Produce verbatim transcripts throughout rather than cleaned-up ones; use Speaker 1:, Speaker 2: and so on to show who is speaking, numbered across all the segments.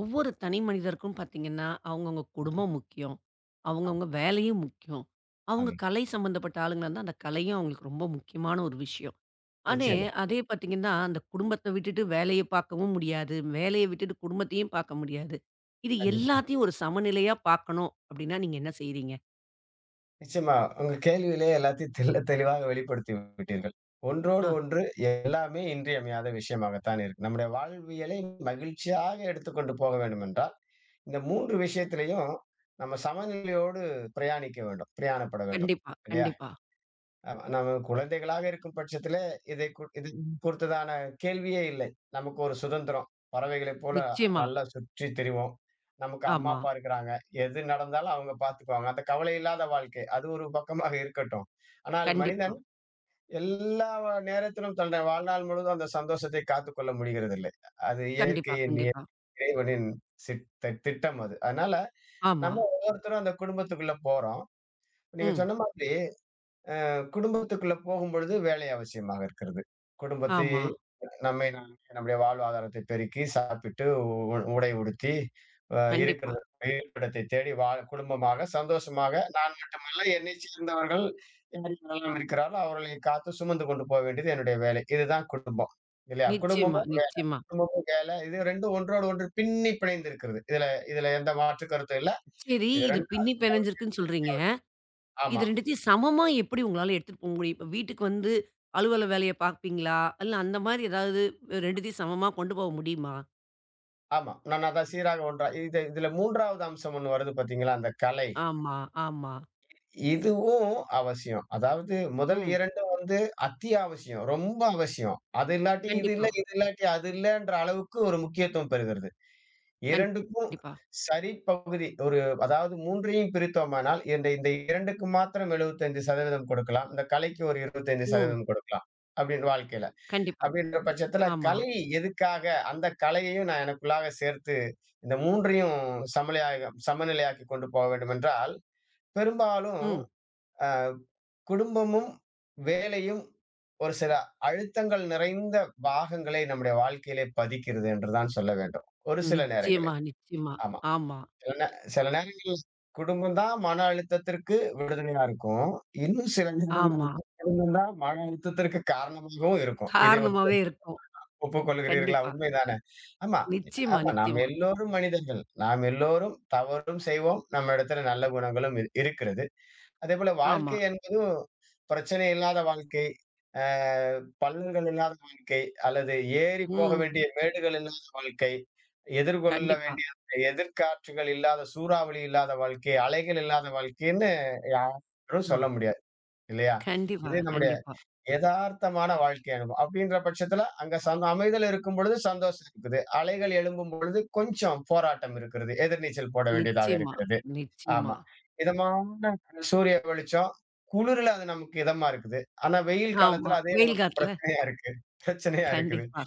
Speaker 1: ஒவ்வொரு தனி மனிதருக்கும் பார்த்தீங்கன்னா, அவங்கவங்க குடும்பம் முக்கியம்.
Speaker 2: ஆ
Speaker 1: அவங்கவங்க வேலையும் முக்கியம். அவங்க
Speaker 2: ஆமா.
Speaker 1: கலை சம்மந்தப்பட்ட ஆளுங்களா இருந்தா, அந்த கலையும் அவங்களுக்கு ரொம்ப முக்கியமான ஒரு விஷயம். ஆனே
Speaker 2: நிச்சயமா.
Speaker 1: அதே பார்த்தீங்கன்னா, அந்த குடும்பத்த விட்டுட்டு வேலைய பார்க்கவும் முடியாது. வேலைய விட்டுட்டு குடும்பத்தையும் பார்க்க முடியாது. இது
Speaker 2: கண்டிப்பா.
Speaker 1: எல்லாத்தையும் ஒரு சமநிலையா பார்க்கணும் அப்படின்னா, நீங்க என்ன செய்றீங்க?
Speaker 2: நிச்சயமா. உங்க கேள்வியிலேயே எல்லாத்தையும் தெள்ள தெளிவாக வெளிப்படுத்தி விட்டீர்கள். ஒன்றோடு
Speaker 1: ஆ,
Speaker 2: ஒன்று எல்லாமே இன்றியமையாத விஷயமாகத்தான் இருக்கு. நம்முடைய வாழ்வியலை மகிழ்ச்சியாக எடுத்துக்கொண்டு போக வேண்டுமென்றால், இந்த மூன்று விஷயத்திலயும் நம்ம சமநிலையோடு பிரயாணிக்க வேண்டும். பிரயாணப்பட வேண்டும்.
Speaker 1: கண்டிப்பா,
Speaker 2: இல்லையா?
Speaker 1: கண்டிப்பா.
Speaker 2: ஆமா. நாம குழந்தைகளாக இருக்கும் பட்சத்திலே, இதை கு இது குறித்ததான கேள்வியே இல்லை. நமக்கு ஒரு சுதந்திரம். பறவைகளைப் போல
Speaker 1: நிச்சயமா.
Speaker 2: நல்லா சுற்றி திரிவோம். நமக்கு அம்மா,
Speaker 1: ஆமா.
Speaker 2: அப்பா இருக்கிறாங்க. எது நடந்தாலும் அவங்க பார்த்துக்குவாங்க. அந்த கவலை இல்லாத வாழ்க்கை. அது ஒரு பக்கமாக இருக்கட்டும். ஆனால்
Speaker 1: கண்டிப்பா.
Speaker 2: மனிதன் எல்லா வ நேரத்திலும் தன்னுடைய வாழ்நாள் முழுவதும் அந்த சந்தோஷத்தை காத்துக்கொள்ள முடிகிறதில்லை. அது
Speaker 1: கண்டிப்பா,
Speaker 2: இயற்கையின் நிய
Speaker 1: கண்டிப்பா.
Speaker 2: இறைவனின் சிட் திட்டம் அது. அதனால
Speaker 1: ஆமா.
Speaker 2: நம்ம ஒவ்வொருத்தரும் அந்த குடும்பத்துக்குள்ள போறோம். நீங்க
Speaker 1: ம்.
Speaker 2: சொன்ன மாதிரி குடும்பத்துக்குள்ள போகும்பொழுது வேலை அவசியமாக இருக்கிறது. குடும்பத்தை
Speaker 1: ஆமா.
Speaker 2: நம்மை நாமே நம்முடைய வாழ்வாதாரத்தை பெருக்கி, சாப்பிட்டு, உ உடை உடுத்தி, அ இருக்கிற
Speaker 1: கண்டிப்பா.
Speaker 2: இருப்பிடத்தை தேடி வாழ குடும்பமாக சந்தோஷமாக நான் மட்டுமல்ல, என்னைச் சேர்ந்தவர்கள் யார் யாரெல்லாம் இருக்கிறார்களோ, அவர்களை காத்து சுமந்து கொண்டு போக வேண்டியது என்னுடைய வேலை. இதுதான் குடும்பம். இல்லையா?
Speaker 1: நிச்சயமா,
Speaker 2: குடும்பமும் வேலை,
Speaker 1: நிச்சயமா.
Speaker 2: குடும்பமும் வேலை. இது இரண்டும் ஒன்றோடு ஒன்று பின்னி பிணைந்திருக்கிறது. இதுல இதுல எந்த மாற்று கருத்தும் இல்ல.
Speaker 1: சரி,
Speaker 2: இது
Speaker 1: இது
Speaker 2: 2ம்
Speaker 1: பின்னி
Speaker 2: அத்தியாவசியம்.
Speaker 1: பிணைஞ்சிருக்குன்னு சொல்றீங்க.
Speaker 2: ஆமா.
Speaker 1: இது ரெண்டத்தையும் சமமா எப்படி உங்களால எடுத்துட்டு போக முடியும்? இப்ப வீட்டுக்கு வந்து அலுவல வேலைய பார்ப்பீங்களா? இல்ல அந்த மாரி ஏதாவது ரெண்டத்தையும் சமமா கொண்டு போக முடியுமா?
Speaker 2: ஆமா. நான் அதான் சீராக ஒன்றா இது இதுல மூன்றாவது அம்சம் ஒண்ணு வருது பார்த்தீங்களா? அந்த கலை.
Speaker 1: ஆமா, ஆமா.
Speaker 2: இதுவும் அவசியம். அதாவது முதல்
Speaker 1: ம்.
Speaker 2: இரண்டும் வந்து அத்தியாவசியம். ரொம்ப அவசியம். அது இல்லாட்டி இது இல்ல,
Speaker 1: கண்டிப்பா,
Speaker 2: இது இல்லாட்டி அது இல்லன்ற அளவுக்கு ஒரு முக்கியத்துவம் பெறுகிறது. இரண்டுக்கும்
Speaker 1: கண்டிப்பா.
Speaker 2: சரி பகுதி ஒரு அதாவது மூன்றையும் பிரித்தோமானால், இந்த இந்த இரண்டுக்கு மாத்திரம் எழுபத்தி ஐந்து சதவீதம் கொடுக்கலாம். இந்த கலைக்கு ஒரு
Speaker 1: ம்.
Speaker 2: இருபத்தி ஐந்து சதவீதம் கொடுக்கலாம். அப்படின்னு வாழ்க்கையில.
Speaker 1: கண்டிப்பா.
Speaker 2: அப்படின்ற பட்சத்துல
Speaker 1: ஆமா.
Speaker 2: கலை எதுக்காக அந்த கலையையும் நான் எனக்குள்ளாக சேர்த்து இந்த மூன்றையும் சமநிலையாக சமநிலையாக்கிக் கொண்டு போக வேண்டுமென்றால், பெரும்பாலும்
Speaker 1: ம்.
Speaker 2: அ குடும்பமும், வேலையும் ஒரு சில அழுத்தங்கள் நிறைந்த பாகங்களை நம்முடைய வாழ்க்கையிலே பதிக்கிறது என்று தான் சொல்ல வேண்டும். ஒரு சில
Speaker 1: நிச்சயமா,
Speaker 2: நேரங்களில்.
Speaker 1: நிச்சயமா.
Speaker 2: ஆமா.
Speaker 1: ஆமா,
Speaker 2: சில நே சில நேரம் குடும்பம் தான் மன அழுத்தத்திற்கு விடுதலையா இருக்கும். இன்னும் சில நேரங்கள்ல
Speaker 1: ஆமா.
Speaker 2: குடும்பம் தான் மன அழுத்தத்திற்கு காரணமாகவும் இருக்கும். இதை
Speaker 1: காரணமாவே இருக்கும்.
Speaker 2: ஒப்புக்கொள்கிறீர்களா?
Speaker 1: கண்டிப்பா.
Speaker 2: உண்மைதானே! ஆமா,
Speaker 1: நிச்சயமா,
Speaker 2: ஆமா. நாம்
Speaker 1: நிச்சயமா.
Speaker 2: எல்லோரும் மனிதர்கள். நாம் எல்லோரும் தவறும் செய்வோம். நம்ம இடத்துல நல்ல குணங்களும் இரு இருக்கிறது. அதேபோல
Speaker 1: ஆமா.
Speaker 2: வாழ்க்கை என்பதும் பிரச்சனை இல்லாத வாழ்க்கை, அ பள்ளங்கள் இல்லாத வாழ்க்கை, அல்லது ஏறி போக
Speaker 1: ம்.
Speaker 2: வேண்டிய மேடுகள் இல்லாத வாழ்க்கை, எதிர்கொள்ள
Speaker 1: கண்டிப்பா.
Speaker 2: வேண்டிய எதிர்க்காற்றுகள் இல்லாத, சூறாவளி இல்லாத வாழ்க்கை, அலைகள் இல்லாத வாழ்க்கைன்னு யாரும்
Speaker 1: ஆ.
Speaker 2: சொல்ல முடியாது இல்லையா?
Speaker 1: கண்டிப்பா,
Speaker 2: இது நம்முடைய
Speaker 1: கண்டிப்பா.
Speaker 2: எதார்த்தமான வாழ்க்கை அனுபவம். அப்படின்ற பட்சத்துல அங்க சந் அமைதல் இருக்கும் பொழுது சந்தோஷம் இருக்குது. அலைகள் எழும்பும் பொழுது கொஞ்சம் போராட்டம் இருக்கிறது. எதிர்நீச்சல் போட வேண்டியதாக
Speaker 1: நிச்சயமா,
Speaker 2: இருக்கிறது.
Speaker 1: நிச்சயமா.
Speaker 2: ஆமா. இதமான சூரிய வெளிச்சம். குளிர்ல அது நமக்கு இதமா இருக்குது. ஆனா வெயில்
Speaker 1: ஆமா.
Speaker 2: காலத்துல அதே
Speaker 1: வெயில்
Speaker 2: நமக்கு
Speaker 1: காலத்துல.
Speaker 2: பிரச்சனையா இருக்கு. பிரச்சனையா இருக்குது.
Speaker 1: கண்டிப்பா,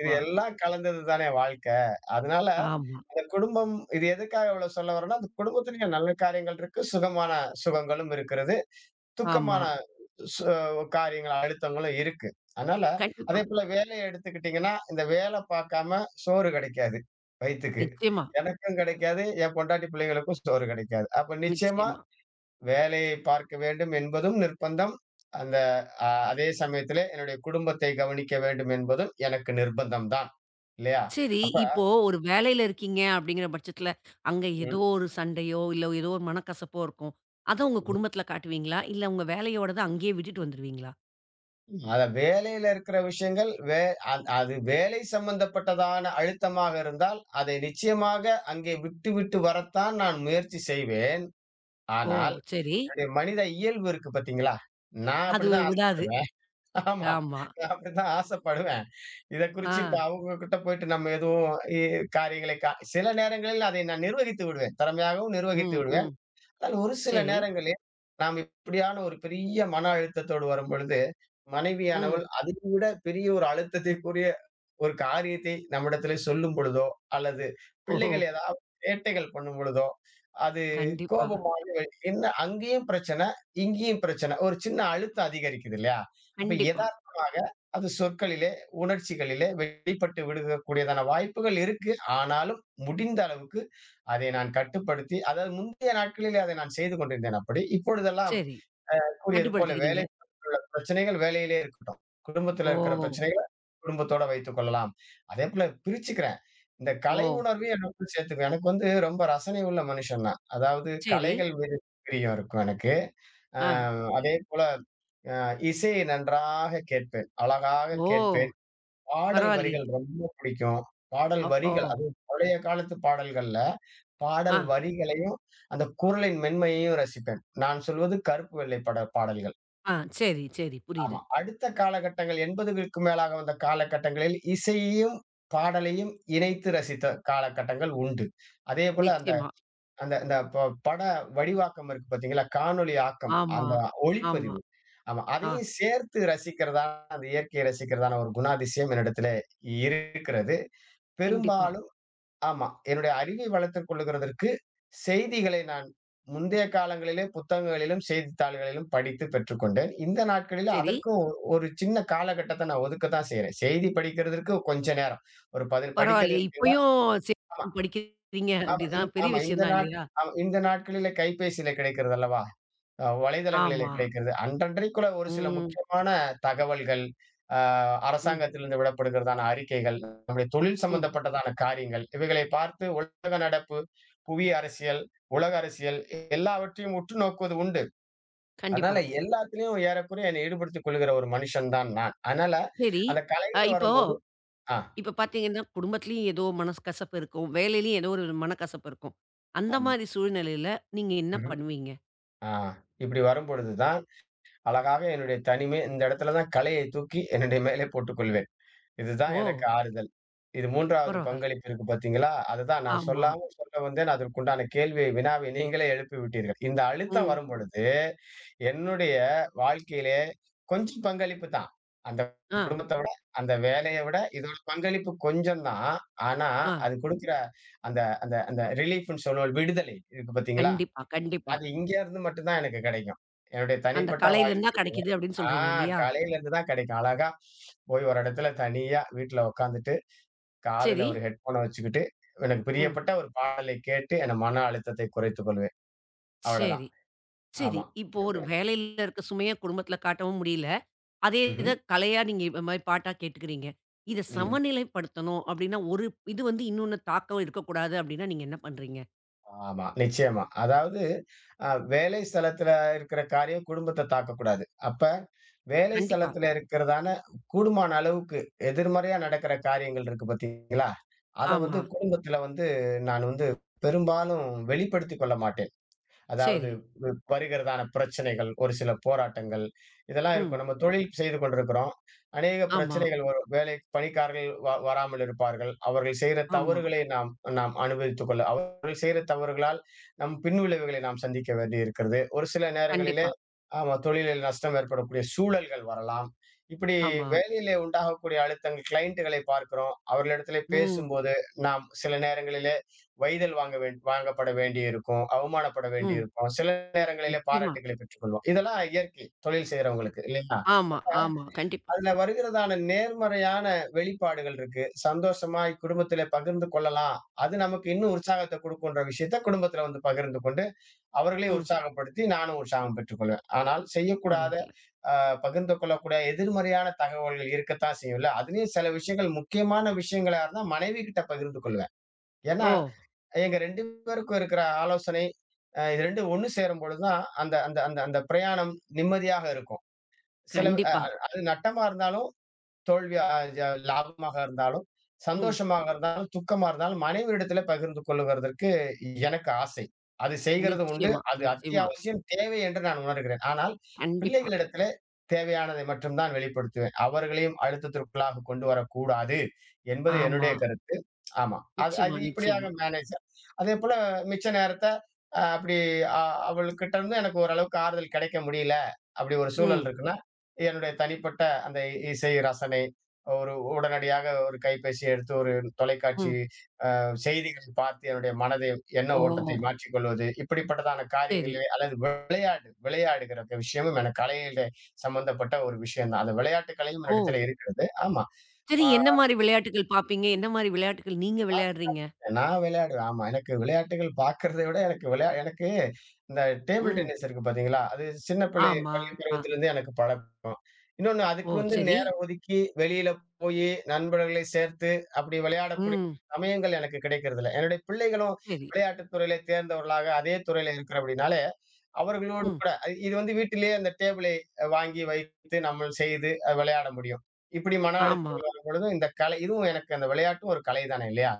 Speaker 2: இது எல்லாம் கலந்தது தானே வாழ்க்கை. அதனால
Speaker 1: ஆமா,
Speaker 2: அந்த குடும்பம் இது எதுக்காக இவ்வளவு சொல்ல வரேன்னா, அந்த குடும்பத்திலயும் நல்ல காரியங்கள் இருக்கு. சுகமான சுகங்களும் இருக்கிறது.
Speaker 1: ஆமா.
Speaker 2: துக்கமான சு காரியங்கள், அழுத்தங்களும் இருக்கு. அதனால
Speaker 1: கண்டிப்பா.
Speaker 2: அதேபோல வேலைய எடுத்துக்கிட்டீங்கன்னா, இந்த வேல பார்க்காம சோறு கிடைக்காது வயித்துக்கு.
Speaker 1: நிச்சயமா,
Speaker 2: எனக்கும் கிடைக்காது, என் பொண்டாட்டி பிள்ளைகளுக்கும் சோறு கிடைக்காது. அப்ப நிச்சயமா
Speaker 1: நிச்சயமா.
Speaker 2: வேலையை பார்க்க வேண்டும் என்பதும் நிர்பந்தம். அந்த அ அதே சமயத்திலே என்னுடைய குடும்பத்தை கவனிக்க வேண்டும் என்பதும் எனக்கு நிர்பந்தம் தான். இல்லையா?
Speaker 1: சரி,
Speaker 2: அப்ப
Speaker 1: இப்போ ஒரு வேலையில இருக்கீங்க அப்படிங்கிற பட்சத்துல, அங்க
Speaker 2: ம்.
Speaker 1: ஏதோ ஒரு சண்டையோ, இல்ல ஏதோ ஒரு மனக்கசப்போ இருக்கும். அத உங்க குடும்பத்துல காட்டுவீங்களா? இல்ல உங்க வேலையோடத அங்கேயே விட்டுட்டு வந்துருவீங்களா?
Speaker 2: அத வேலையில இருக்கிற விஷயங்கள் வே அந் அது வேலை சம்பந்தப்பட்டதான அழுத்தமாக இருந்தால், அதை நிச்சயமாக அங்கே விட்டுவிட்டு வரத்தான் நான் முயற்சி செய்வேன்.
Speaker 1: ஓ!
Speaker 2: ஆனால்,
Speaker 1: சரி.
Speaker 2: என்னுடைய மனித இயல்பு இருக்கு பார்த்தீங்களா? நான்
Speaker 1: அது
Speaker 2: அப்படிதான்
Speaker 1: விடாது.
Speaker 2: ஆசைப்படுவேன். ஆமா.
Speaker 1: ஆமா.
Speaker 2: நான் அப்படிதான் ஆசைப்படுவேன். இத
Speaker 1: ஆ.
Speaker 2: குறிச்சு இப்ப அவங்க கிட்ட போயிட்டு நம்ம எதுவும் இ காரியங்களை கா சில நேரங்களில் அதை நான் நிர்வகித்து விடுவேன். திறமையாகவும் நிர்வகித்து
Speaker 1: ம்,
Speaker 2: விடுவேன்.
Speaker 1: ம்.
Speaker 2: ஆனால் ஒரு சில
Speaker 1: சரி.
Speaker 2: நேரங்களில் நாம் இப்படியான ஒரு பெரிய மன அழுத்தத்தோடு வரும்பொழுது
Speaker 1: ம்.
Speaker 2: மனைவியானவள் அதையும் விட பெரிய ஒரு அழுத்தத்திற்குரிய ஒரு காரியத்தை நம்மிடத்திலே சொல்லும் பொழுதோ, அல்லது
Speaker 1: ஓஹோ!
Speaker 2: பிள்ளைகள் ஏதாவது சேட்டைகள் பண்ணும் பொழுதோ, அது
Speaker 1: கண்டிப்பா,
Speaker 2: கோபமாக என்ன அங்கேயும் பிரச்சனை, இங்கேயும் பிரச்சனை. ஒரு சின்ன அழுத்தம் அதிகரிக்குது இல்லையா? அப்ப
Speaker 1: கண்டிப்பா.
Speaker 2: எதார்த்தமாக அது சொற்களிலே, உணர்ச்சிகளிலே வெளிப்பட்டு விடுகக்கூடியதான வாய்ப்புகள் இருக்கு. ஆனாலும் முடிந்த அளவுக்கு அதை நான் கட்டுப்படுத்தி அதாவது முந்தைய நாட்களிலே அதை நான் செய்து கொண்டிருந்தேன் அப்படி. இப்பொழுதெல்லாம்
Speaker 1: சரி.
Speaker 2: கூறியது போல
Speaker 1: கட்டுப்படுத்திக்கிறீங்க.
Speaker 2: வேலை சார்ந்துள்ள பிரச்சனைகள் வேலையிலே இருக்கட்டும். குடும்பத்தில
Speaker 1: ஓ!
Speaker 2: இருக்கிற பிரச்சனைகள குடும்பத்தோட வைத்துக் கொள்ளலாம். அதேபோல பிரிச்சுக்கிறேன். இந்த
Speaker 1: ஓ!
Speaker 2: கலை உணர்வையும் எனக்குள் சேர்த்துக்குவேன். எனக்கு வந்து ரொம்ப ரசனை உள்ள மனுஷன் நான். அதாவது
Speaker 1: சரி.
Speaker 2: கலைகள் மீது பிரியம் இருக்கும் எனக்கு. அ
Speaker 1: ஆ.
Speaker 2: அதேபோல அ இசையை நன்றாக கேட்பேன். அழகாக
Speaker 1: ஓ!
Speaker 2: கேட்பேன். பாடல்
Speaker 1: பரவாயில்லையே!
Speaker 2: வரிகள் ரொம்ப பிடிக்கும். பாடல்
Speaker 1: ஓ! ஓ.
Speaker 2: வரிகள் அதுவும் பழைய காலத்து பாடல்கள்ல,
Speaker 1: ஆ,
Speaker 2: பாடல் வரிகளையும், அந்த குரலின் மென்மையையும் ரசிப்பேன். நான் சொல்வது கருப்பு வெள்ளை பட பாடல்கள்.
Speaker 1: ஆ. சரி, சரி.
Speaker 2: ஆமா.
Speaker 1: புரியுது.
Speaker 2: அடுத்த காலகட்டங்கள் எண்பதுகளுக்கு மேலாக வந்த காலகட்டங்களில் இசையையும், பாடலையும் இணைத்து ரசித்த காலகட்டங்கள் உண்டு. அதேபோல அந்த
Speaker 1: நிச்சயமா.
Speaker 2: அந்த அந்த ப பட வடிவாக்கம் இருக்கு பார்த்தீங்களா? காணொளி ஆக்கம்.
Speaker 1: ஆமா,
Speaker 2: அந்த
Speaker 1: ஆமா.
Speaker 2: ஒளிப்பதிவு. ஆமா.
Speaker 1: ஆ,
Speaker 2: அதையும் சேர்த்து ரசிக்கிறதான அந்த இயற்கையை ரசிக்கிறதான ஒரு குணாதிசயம் என்னிடத்திலே இருக்கிறது.
Speaker 1: கண்டிப்பா.
Speaker 2: பெரும்பாலும் ஆமா. என்னுடைய அறிவை வளர்த்துக் கொள்ளுகிறதற்கு செய்திகளை நான் முந்தைய காலங்களிலே புத்தகங்களிலும், செய்தித்தாள்களிலும் படித்து பெற்றுக்கொண்டேன். இந்த நாட்களில
Speaker 1: சரி.
Speaker 2: அதற்கும் ஒ- ஒரு சின்ன காலகட்டத்த நான் ஒதுக்கத்தான் செய்றேன். செய்தி படிக்கிறதற்கு கொஞ்ச நேரம். ஒரு பதில்
Speaker 1: பரவாயில்லையே!
Speaker 2: படிக்கிறதற்கு
Speaker 1: இப்பயும்
Speaker 2: ஆமா,
Speaker 1: சேர்ந்து படிக்கிறீங்க
Speaker 2: ஆமா, இந்
Speaker 1: அப்படிதான் பெரிய
Speaker 2: ஆமா இந்த
Speaker 1: விஷயம் தான்
Speaker 2: நாட்
Speaker 1: இல்லையா?
Speaker 2: ஆமா இந்த நாட்களிலே கைபேசியில கிடைக்கிறது அல்லவா? அ வலைதளங்களிலே
Speaker 1: ஆமா.
Speaker 2: கிடைக்கிறது. அன்றன்றைக்குள்ள ஒரு சில
Speaker 1: ம்,
Speaker 2: முக்கியமான தகவல்கள், அ
Speaker 1: ம்,
Speaker 2: அரசாங்கத்திலிருந்து விடப்படுகிறதான அறிக்கைகள், நம்முடைய தொழில்
Speaker 1: ம்.
Speaker 2: சம்பந்தப்பட்டதான காரியங்கள், இவைகளை பார்த்து உலக நடப்பு, புவி அரசியல், உலக அரசியல் எல்லாவற்றையும் உற்று நோக்குவது உண்டு. அதனால
Speaker 1: கண்டிப்பா.
Speaker 2: எல்லாத்துலயும் ஏறக்குறைய என்னை ஈடுபடுத்திக் கொள்கிற ஒரு மனுஷன் தான் நான். அதனால
Speaker 1: சரி.
Speaker 2: அந்த
Speaker 1: அ
Speaker 2: கலைன்னு
Speaker 1: இப்போ
Speaker 2: வரும்போது ஆ,
Speaker 1: இப்ப பார்த்தீங்கன்னா, குடும்பத்திலயும் ஏதோ மனக்கசப்பு இருக்கும். வேலையிலயும் ஏதோ ஒரு மனக்கசப்பு இருக்கும். அந்த
Speaker 2: ஆமா.
Speaker 1: மாரி சூழ்நிலையில நீங்க என்ன
Speaker 2: ம்ஹ்ம்.
Speaker 1: பண்ணுவீங்க?
Speaker 2: ஆ இப்படி வரும்பொழுது தான், அழகாக என்னுடைய தனிமை இந்த இடத்துல தான் கலையை தூக்கி என்னுடைய மேலே போட்டுக்கொள்வேன். இதுதான்
Speaker 1: ஓ!
Speaker 2: எனக்கு ஆறுதல். இது மூன்றாவது
Speaker 1: பரவால்ல.
Speaker 2: பங்களிப்பு இருக்கு பார்த்தீங்களா? அதுதான் நான்
Speaker 1: ஆமா.
Speaker 2: சொல்லாம சொல்ல வந்தேன். அதற்குண்டான கேள்வியை, வினாவை நீங்களே எழுப்பி விட்டீர்கள். இந்த அழுத்தம்
Speaker 1: ம்.
Speaker 2: வரும்பொழுது, என்னுடைய வாழ்க்கையிலே கொஞ்சம் பங்களிப்பு தான். அந்த
Speaker 1: ஆ,
Speaker 2: குடும்பத்த விட, அந்த வேலைய விட இதோட பங்களிப்பு கொஞ்சம் தான். ஆனா,
Speaker 1: ஆ.
Speaker 2: அது குடுக்கிற அந்த அந்த அந்த ரிலீஃப்ன்னு சொல்லுவோம் விடுதலை இருக்கு பார்த்தீங்களா?
Speaker 1: கண்டிப்பா, கண்டிப்பா.
Speaker 2: அது இங்க இருந்து மட்டும் தான் எனக்கு கிடைக்கும். என்னுடைய
Speaker 1: அந்த
Speaker 2: தனிப்பட்ட
Speaker 1: கலையிலருந்து தான்
Speaker 2: வாழ்க்கையில.
Speaker 1: கிடைக்குது அப்படின்னு
Speaker 2: ஆ
Speaker 1: சொல்றீங்க இல்லையா?
Speaker 2: காலையில இருந்து தான் கிடைக்கும். அழகா போய் ஒரு இடத்துல தனியா வீட்ல உட்காந்துட்டு,
Speaker 1: சரி.
Speaker 2: காதுல ஒரு ஹெட்ஃபோன வச்சுக்கிட்டு, எனக்கு
Speaker 1: ம்.
Speaker 2: பிரியப்பட்ட ஒரு பாடலை கேட்டு, என் மன அழுத்தத்தை குறைத்துக் கொள்வேன். அவ்வளதான்.
Speaker 1: சரி, சரி.
Speaker 2: ஆமா.
Speaker 1: இப்போ ஒரு வேலையில இருக்க சுமைய குடும்பத்தில காட்டவும் முடியல. அதே இத
Speaker 2: ம்ஹ்ம்.
Speaker 1: கலையா நீங்க இந்த மாரி பாட்டா கேட்டுக்கிறீங்க. இத
Speaker 2: ம்.
Speaker 1: சமநிலைப்படுத்தணும் அப்படின்னா, ஒரு இது வந்து இன்னொன்னு தாக்கம் இருக்கக்கூடாது அப்படின்னா, நீங்க என்ன பண்றீங்க?
Speaker 2: ஆமா, நிச்சயமா. அதாவது அ வேலை ஸ்தலத்துல இருக்கிற காரியம் குடும்பத்த தாக்கக்கூடாது. அப்ப வேலை
Speaker 1: கண்டிப்பா.
Speaker 2: ஸ்தலத்துல இருக்கிறதான கூடுமான அளவுக்கு எதிர்மறையா நடக்கிற காரியங்கள் இருக்கு பார்த்தீங்களா? அத வந்து
Speaker 1: ஆமா.
Speaker 2: குடும்பத்துல வந்து நான் வந்து பெரும்பாலும் வெளிப்படுத்திக் கொள்ள மாட்டேன். அதாவது
Speaker 1: சரி.
Speaker 2: வ வருகிறதான பிரச்சனைகள், ஒரு சில போராட்டங்கள், இதெல்லாம் இருக்கும்.
Speaker 1: ம்.
Speaker 2: நம்ம தொழில் செய்து கொண்டிருக்கிறோம். அநேக
Speaker 1: ஆமா,
Speaker 2: பிரச்சனைகள் வரும். வேலை பணிக்காரர்கள் வ வராமல் இருப்பார்கள். அவர்கள் செய்ற
Speaker 1: ஆமா.
Speaker 2: தவறுகளை நாம் நாம் அனுபவித்துக் கொள்ள அவர்கள் செய்ற தவறுகளால் நம் பின்விளைவுகளை நாம் சந்திக்க வேண்டியிருக்கிறது. ஒரு சில நேரங்களில்
Speaker 1: கண்டிப்பா.
Speaker 2: ஆமா. தொழிலில் நஷ்டம் ஏற்படக்கூடிய சூழல்கள் வரலாம். இப்படி
Speaker 1: ஆமா.
Speaker 2: வேலையிலே உண்டாகக்கூடிய அழுத்தங்கள் கிளையண்டுகளை பார்க்கிறோம். அவர்களிடத்திலே
Speaker 1: ம்,
Speaker 2: பேசும்போது, நாம் சில நேரங்களிலே வைதல் வாங்க வேண் வாங்கப்பட வேண்டியிருக்கும். அவமானப்பட
Speaker 1: ம்.
Speaker 2: வேண்டியிருக்கும். சில நேரங்களிலே
Speaker 1: நிச்சயமா.
Speaker 2: பாராட்டுகளை பெற்றுக்கொள்வோம். இதெல்லாம் இயற்கை தொழில் செய்றவங்களுக்கு இல்லைங்களா?
Speaker 1: ஆமா,
Speaker 2: அப்ப
Speaker 1: ஆமா. கண்டிப்பா.
Speaker 2: அதுல வருகிறதான நேர்மறையான வெளிப்பாடுகள் இருக்கு. சந்தோஷமாய் குடும்பத்திலே பகிர்ந்து கொள்ளலாம். அது நமக்கு இன்னும் உற்சாகத்த குடுக்குன்ற விஷயத்த குடும்பத்தில வந்து பகிர்ந்து கொண்டு அவர்களை
Speaker 1: ம்.
Speaker 2: உற்சாகப்படுத்தி நானும் உற்சாகம் பெற்றுக்கொள்வேன். ஆனால் செய்யக்கூடாத,
Speaker 1: பரவால்ல.
Speaker 2: அ பகிர்ந்து கொள்ளக்கூடிய எதிர்மறையான தகவல்கள் இருக்கத்தான் செய்யும்ல. அதுலயும் சில விஷயங்கள் முக்கியமான விஷயங்களா இருந்தா மனைவி கிட்ட பகிர்ந்து கொள்வேன். ஏன்னா,
Speaker 1: ஓ!
Speaker 2: எங்க இரண்டு பேருக்கும் இருக்கிற ஆலோசனை, அ இது இரண்டு ஒண்ணு சேரும்பொழுது தான் அந்த அந்த அந்த அந்த பிரயாணம் நிம்மதியாக இருக்கும். சில அ
Speaker 1: கண்டிப்பா.
Speaker 2: அது நட்டமா இருந்தாலும் தோல்வி அ ஜ லாபமாக இருந்தாலும்,
Speaker 1: ம்.
Speaker 2: சந்தோஷமாக இருந்தாலும், துக்கமா இருந்தாலும் மனைவியிடத்தில பகிர்ந்து கொள்ளுகிறதற்கு எனக்கு ஆசை. அது செய்கிறது உண்டு.
Speaker 1: நிச்சயமா,
Speaker 2: அது
Speaker 1: நிச்சயமா.
Speaker 2: அத்தியாவசியம், தேவை என்று நான் உணர்கிறேன். ஆனால்
Speaker 1: கண்டிப்பா.
Speaker 2: பிள்ளைகளிடத்திலே தேவையானதை மட்டும் தான் வெளிப்படுத்துவேன். அவர்களையும் அழுத்தத்திற்குள்ளாக கொண்டு வரக்கூடாது என்பது
Speaker 1: ஆமா.
Speaker 2: என்னுடைய கருத்து. ஆமா. அது
Speaker 1: நிச்சயமா,
Speaker 2: அது இப்படியாக
Speaker 1: நிச்சயமா.
Speaker 2: மேனேஜ் அதேபோல மிச்ச நேரத்த அ அப்படி அ அவளுக்கிட்ட இருந்து எனக்கு ஓரளவுக்கு ஆறுதல் கிடைக்க முடியல, அப்படி ஒரு சூழல்
Speaker 1: ம்,
Speaker 2: இருக்குன்னா, என்னுடைய தனிப்பட்ட அந்த இசை ரசனை, ஒரு உடனடியாக ஒரு கைபேசியை எடுத்து ஒரு தொலைக்காட்சி
Speaker 1: ம்.
Speaker 2: அ செய்திகளை பார்த்து என்னுடைய மனதை எண்ண
Speaker 1: ஓ!
Speaker 2: ஓட்டத்தை மாற்றிக் கொள்வது. இப்படிப்பட்டதான
Speaker 1: சரி.
Speaker 2: காரியங்களிலே அல்லது விளையாடு விளையாடுகிற விஷயமும் எனக்கு கலையிலே சம்பந்தப்பட்ட ஒரு விஷயம் தான். அந்த விளையாட்டு கலையும்
Speaker 1: ஓ!
Speaker 2: என்னிடத்திலே இருக்கிறது. ஆமா.
Speaker 1: சரி, என்ன மாரி விளையாட்டுகள் பாப்பீங்க? என்ன மாரி விளையாட்டுகள் நீங்க
Speaker 2: ஆ
Speaker 1: விளையாடுறீங்க?
Speaker 2: நான் விளையாடுவேன். ஆமா. எனக்கு விளையாட்டுகள் பார்க்கிறத விட எனக்கு விளையா எனக்கு இந்த டேபிள்
Speaker 1: ம்.
Speaker 2: டென்னிஸ் இருக்கு பார்த்தீங்களா? அது சின்ன பிள்ளை
Speaker 1: ஆமா.
Speaker 2: பள்ளி பருவத்திலிருந்தே எனக்கு பழக்கம். இன்னொன்னு அதுக்கு
Speaker 1: ஓ!
Speaker 2: வந்து
Speaker 1: சரி.
Speaker 2: நேரம் ஒதுக்கி வெளியில போயி நண்பர்களை சேர்த்து அப்படி விளையாடக்கூடிய
Speaker 1: ம்.
Speaker 2: சமயங்கள் எனக்கு கிடைக்கிறதில்ல. என்னுடைய பிள்ளைகளும்
Speaker 1: சரி.
Speaker 2: விளையாட்டுத் துறையில தேர்ந்தவர்களாக அதே துறையில இருக்கிறபடினாலே அவர்களோடு
Speaker 1: ம்.
Speaker 2: கூட அ இது வந்து வீட்டிலேயே அந்த டேபிளை வாங்கி வைத்து நம்ம செய்து அ விளையாட முடியும். இப்படி மன
Speaker 1: ஆமா.
Speaker 2: அழுத்தங்கள் வரும்பொழுது இந்த கலை இதுவும் எனக்கு அந்த விளையாட்டும் ஒரு கலை தானே இல்லையா?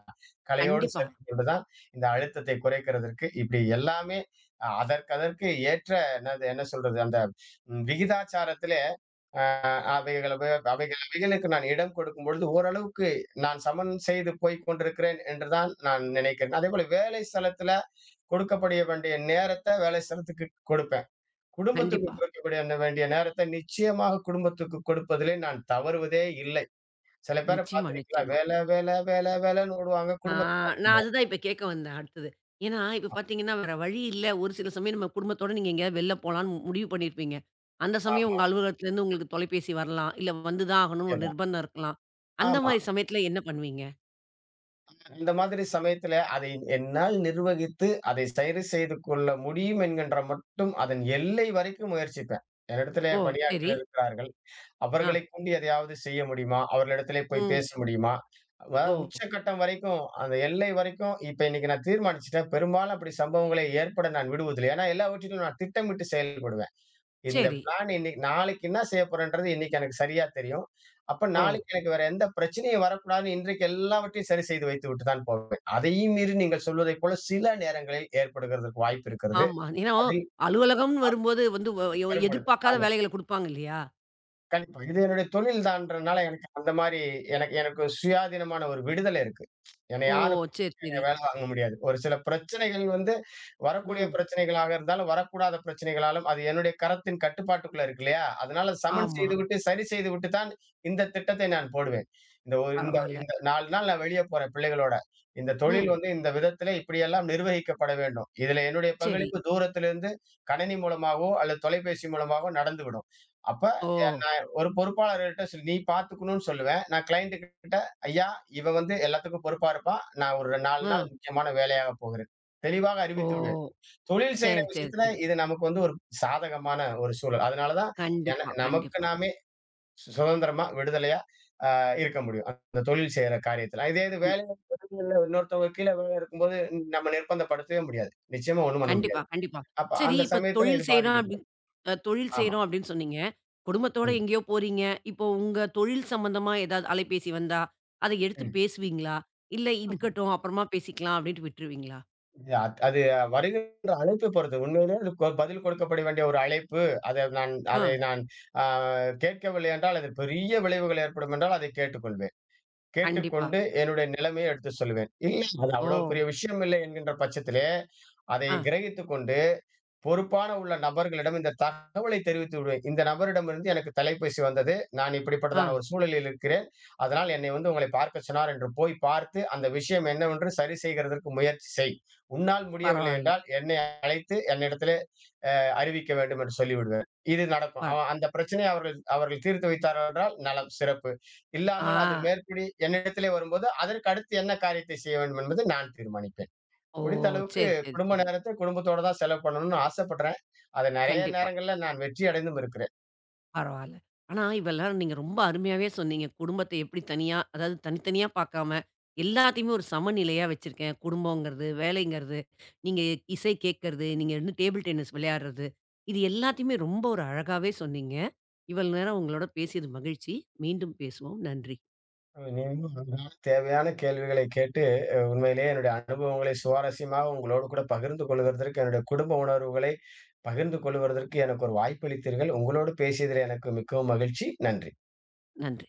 Speaker 2: கலையோடு
Speaker 1: கண்டிப்பா,
Speaker 2: சேர்த்துக் கொண்டு தான் இந்த அழுத்தத்தை குறைக்கிறதற்கு இப்படி எல்லாமே அ அதற்கதற்கு ஏற்ற என்னது என்ன சொல்றது? அந்த ம் விகிதாச்சாரத்திலே அவைகள வ அவைகள் அவைகளுக்கு நான் இடம் கொடுக்கும்பொழுது ஓரளவுக்கு நான் சமன் செய்து போய்க் கொண்டிருக்கிறேன் என்று தான் நான் நினைக்கிறேன். அதேபோல வேலை ஸ்தலத்தில கொடுக்கப்பட வேண்டிய நேரத்த வேலை ஸ்தலத்துக்கு கொடுப்பேன். குடும்பத்துக்கு
Speaker 1: கண்டிப்பா.
Speaker 2: கொடுக்கக்கூடிய அந்த வேண்டிய நேரத்த நிச்சயமாக குடும்பத்துக்கு கொடுப்பதிலே நான் தவறுவதே இல்லை. சில பேர
Speaker 1: நிச்சயமா,
Speaker 2: பார்த்திருக்கீங்களா?
Speaker 1: நிச்சயமா.
Speaker 2: வேல, வேல, வேல, வேலன்னு ஓடுவாங்க.
Speaker 1: ஆ,
Speaker 2: குடும்பத்த பார்க்க
Speaker 1: நான்
Speaker 2: முடியாது.
Speaker 1: அதுதான் இப்ப கேட்க வந்தேன் அடுத்தது. ஏன்னா, இப்ப பார்த்தீங்கன்னா, வேற வழி இல்ல. ஒரு சில சமயம் நம்ம குடும்பத்தோட நீங்க எங்கேயாவது வெளில போலான்னு முடிவு பண்ணியிருப்பீங்க. அந்த சமயம்
Speaker 2: ஆமா,
Speaker 1: உங்க அலுவலகத்துலேருந்து உங்களுக்கு தொலைபேசி வரலாம். இல்ல வந்து தான் ஆகணும்னு ஒரு
Speaker 2: நிச்சயமா.
Speaker 1: நிர்பந்தம் இருக்கலாம். அந்த
Speaker 2: ஆமா.
Speaker 1: மாரி சமயத்துல என்ன பண்ணுவீங்க?
Speaker 2: இந்த மாதிரி சமயத்துல அதை என்னால் நிர்வகித்து, அதை சரி செய்து கொள்ள முடியும் என்கின்ற மட்டும் அதன் எல்லை வரைக்கும் முயற்சிப்பேன். என்னிடத்திலே
Speaker 1: ஓ!
Speaker 2: பணியாட்கள்
Speaker 1: சரி.
Speaker 2: இருக்கிறார்கள்.
Speaker 1: ஆ.
Speaker 2: அவர்களைக் கொண்டு எதையாவது செய்ய முடியுமா? அவர்களிடத்திலே போய்
Speaker 1: ம்.
Speaker 2: பேச முடியுமா?
Speaker 1: ஓ!
Speaker 2: அதாவது உச்சகட்டம் வரைக்கும், அந்த எல்லை வரைக்கும் இப்ப இன்னைக்கு நான் தீர்மானிச்சுட்டேன். பெரும்பாலும் அப்படி சம்பவங்களை ஏற்பட நான் விடுவதில்லை. ஏன்னா எல்லாவற்றிலும் நான் திட்டமிட்டு செயல்படுவேன். இந்த
Speaker 1: சரி.
Speaker 2: பிளான் இன்னைக்கு நாளைக்கு என்ன செய்ய போறேன்றது இன்னைக்கு எனக்கு சரியா தெரியும். அப்ப
Speaker 1: ஓ!
Speaker 2: நாளைக்கு எனக்கு வேற எந்த பிரச்சனையும் வரக்கூடாதுன்னு இன்றைக்கு எல்லாவற்றையும் சரி செய்து வைத்துவிட்டு தான் போவேன். அதையும் மீறி நீங்கள் சொல்வதைப் போல சில நேரங்களில் ஏற்படுகிறதற்கு வாய்ப்பு இருக்கிறது.
Speaker 1: ஆமா. ஏன்னா,
Speaker 2: அதில்
Speaker 1: அலுவலகம்னு வரும்போது வந்து வ எ
Speaker 2: வரும்பொழுது
Speaker 1: எதிர்பார்க்காத
Speaker 2: ஆமா.
Speaker 1: வேலைகள குடுப்பாங்க இல்லையா?
Speaker 2: கண்டிப்பா. இது என்னுடைய தொழில் தான்றனால எனக்கு அந்த மாரி எனக்கு எனக்கு சுயாதீனமான ஒரு விடுதலை இருக்கு. என்னை
Speaker 1: ஓ!
Speaker 2: யாரும்
Speaker 1: சரி, சரி.
Speaker 2: வேலை வாங்க முடியாது. ஒரு சில பிரச்சனைகள் வந்து வரக்கூடிய
Speaker 1: ம்.
Speaker 2: பிரச்சனைகளாக இருந்தாலும், வரக்கூடாத பிரச்சனைகளாலும் அது என்னுடைய கரத்தின் கட்டுப்பாட்டுக்குள்ள இருக்கு இல்லையா? அதனால சமன்
Speaker 1: ஆமா.
Speaker 2: செய்துவிட்டு, சரி செய்துவிட்டு தான் இந்த திட்டத்தை நான் போடுவேன். இந்த ஒரு இந்த
Speaker 1: பரவால்ல.
Speaker 2: இந்த நான்கு நாள் நான் வெளிய போறேன் பிள்ளைகளோட. இந்த தொழில்
Speaker 1: ம்.
Speaker 2: வந்து இந்த விதத்தில இப்படியெல்லாம் நிர்வகிக்கப்பட வேண்டும். இதில என்னுடைய
Speaker 1: சரி.
Speaker 2: பங்களிப்பு தூரத்திலிருந்து கணினி மூலமாகவோ, அல்லது தொலைபேசி மூலமாகவோ நடந்துவிடும். அப்ப
Speaker 1: ஓ!
Speaker 2: நான் ஒரு பொறுப்பாளர்கள்ட்ட சொல்லி நீ பார்த்துக்கணும்னு சொல்லுவேன். நான் கிளையன்ட் கிட்ட ஐயா, இவ வந்து எல்லாத்துக்கும் பொறுப்பா இருப்பா. நான் ஒரு நான்கு நாள்
Speaker 1: அ.
Speaker 2: முக்கியமான வேலையாக போகிறேன். தெளிவாக
Speaker 1: ஓ!
Speaker 2: அறிவித்து விடுவேன். தொழில் செய்ற
Speaker 1: சரி, சரி,
Speaker 2: விஷயத்துல
Speaker 1: சரி.
Speaker 2: இது நமக்கு வந்து ஒரு சாதகமான ஒரு சூழல். அதனால தான் என
Speaker 1: கண்டிப்பா,
Speaker 2: நமக்கு
Speaker 1: கண்டிப்பா.
Speaker 2: நாமே சு சுதந்திரமா, விடுதலையா அ இருக்க முடியும். அந்த தொழில் செய்ற காரியத்துல. இதே இது
Speaker 1: ம்.
Speaker 2: வேலை இன்னொருத்தவங்க கீழ வேலை இருக்கும்போது நம்ம நிர்பந்தப்படுத்தவே முடியாது. நிச்சயமா ஒண்ணும் பண்ண
Speaker 1: கண்டிப்பா,
Speaker 2: முடியாது.
Speaker 1: கண்டிப்பா.
Speaker 2: அப்ப
Speaker 1: சரி,
Speaker 2: அந்த
Speaker 1: இப்ப
Speaker 2: சமயத்துல இது
Speaker 1: தொழில் செய்றோம் அப்டின்
Speaker 2: பாதிக்கப்படும்.
Speaker 1: அ தொழில்
Speaker 2: ஆமா.
Speaker 1: செய்றோம் அப்டின்னு சொன்னீங்க. குடும்பத்தோட
Speaker 2: ம்,
Speaker 1: எங்கேயோ போறீங்க. இப்போ உங்க தொழில் சம்பந்தமா ஏதாவது அலைபேசி வந்தா, அத எடுத்து பேசுவீங்களா? இல்ல
Speaker 2: ம்.
Speaker 1: இருக்கட்டும் அப்புறமா பேசிக்கலாம் அப்டின்ட்டு விட்டுருவீங்களா?
Speaker 2: யா அது வருகின்ற அழைப்பை பொறுத்து. உண்மையிலே அதுக்கு பதில் கொடுக்கப்பட வேண்டிய ஒரு அழைப்பு. அதை நான்
Speaker 1: ஆ.
Speaker 2: அதை நான் ஆ கேட்கவில்லை என்றால், அது பெரிய விளைவுகள் ஏற்படும் என்றால் அதை கேட்டுக்கொள்வேன்.
Speaker 1: கண்டிப்பா.
Speaker 2: கேட்டுக்கொண்டு என்னுடைய நிலைமையை எடுத்து சொல்லுவேன். இல்ல அது
Speaker 1: ஓ!
Speaker 2: அவ்வளோ பெரிய விஷயம் இல்லை என்கின்ற பட்சத்திலே, அதை
Speaker 1: ஆ,
Speaker 2: கிரகித்துக் கொண்டு பொறுப்பான உள்ள நபர்களிடம் இந்த தகவலை தெரிவித்து விடுவேன். இந்த நபரிடமிருந்து எனக்கு தொலைபேசி வந்தது. நான்
Speaker 1: ஆ.
Speaker 2: இப்படிப்பட்டதான ஒரு சூழலில் இருக்கிறேன். அதனால் என்னை வந்து உங்களை பார்க்க சொன்னார் என்று போய் பார்த்து, அந்த விஷயம் என்னவென்று சரி செய்கிறதற்கு முயற்சி செய். உன்னால் முடியவில்லை
Speaker 1: பரவால்ல.
Speaker 2: என்றால் என்னை அழைத்து என்னிடத்திலே அறிவிக்க வேண்டும் என்று சொல்லிவிடுவேன். இது
Speaker 1: ப
Speaker 2: நடக்கும். அவ அந்த பிரச்சனையை அவர்கள் அவர்கள் தீர்த்து வைத்தார்கள் என்றால் நலம், சிறப்பு. இல்லாமல் அது
Speaker 1: ஆ.
Speaker 2: மேற்படி என்னிடத்திலே வரும்போது, அதற்கு அடுத்து என்ன காரியத்தை செய்ய வேண்டும் என்பது நான் தீர்மானிக்கிறேன்.
Speaker 1: ஓ!
Speaker 2: முடிந்த அளவுக்கு
Speaker 1: சரி, சரி,
Speaker 2: குடும்ப
Speaker 1: சரி.
Speaker 2: நேரத்த குடும்பத்தோட தான் செலவு பண்ணணும்னு ஆசைப்படுறேன். அத நெறைய
Speaker 1: கண்டிப்பா.
Speaker 2: நேரங்கள்ல நான் வெற்றி அடைந்தும் இருக்கிறேன்.
Speaker 1: பரவால்ல. ஆனா, இவ எல்லாரும் நீங்க ரொம்ப அருமையாவே சொன்னீங்க. குடும்பத்த எப்படி தனியா அதாவது தனித்தனியா பார்க்காம, எல்லாத்தையுமே ஒரு சமநிலையா வச்சிருக்கேன். குடும்பங்கிறது, வேலைங்கிறது, நீங்க இசை கேட்கறது, நீங்க வந்து டேபிள் டென்னிஸ் விளையாடுறது. இது எல்லாத்தையுமே ரொம்ப ஒரு அழகாவே சொன்னீங்க. இவ்வளவு நேரம் உங்களோட பேசியது மகிழ்ச்சி. மீண்டும் பேசுவோம். நன்றி.
Speaker 2: நீங்களும் நன்றான தேவையான கேள்விகளை கேட்டு அ உண்மையிலேயே என்னுடைய அனுபவங்களை சுவாரஸ்யமாக உங்களோடு கூட பகிர்ந்து கொள்வதற்கு, என்னுடைய குடும்ப உணர்வுகளை பகிர்ந்து கொள்வதற்கு எனக்கு ஒரு வாய்ப்பளித்தீர்கள். உங்களோடு பேசியதில் எனக்கு மிகவும் மகிழ்ச்சி. நன்றி.
Speaker 1: நன்றி.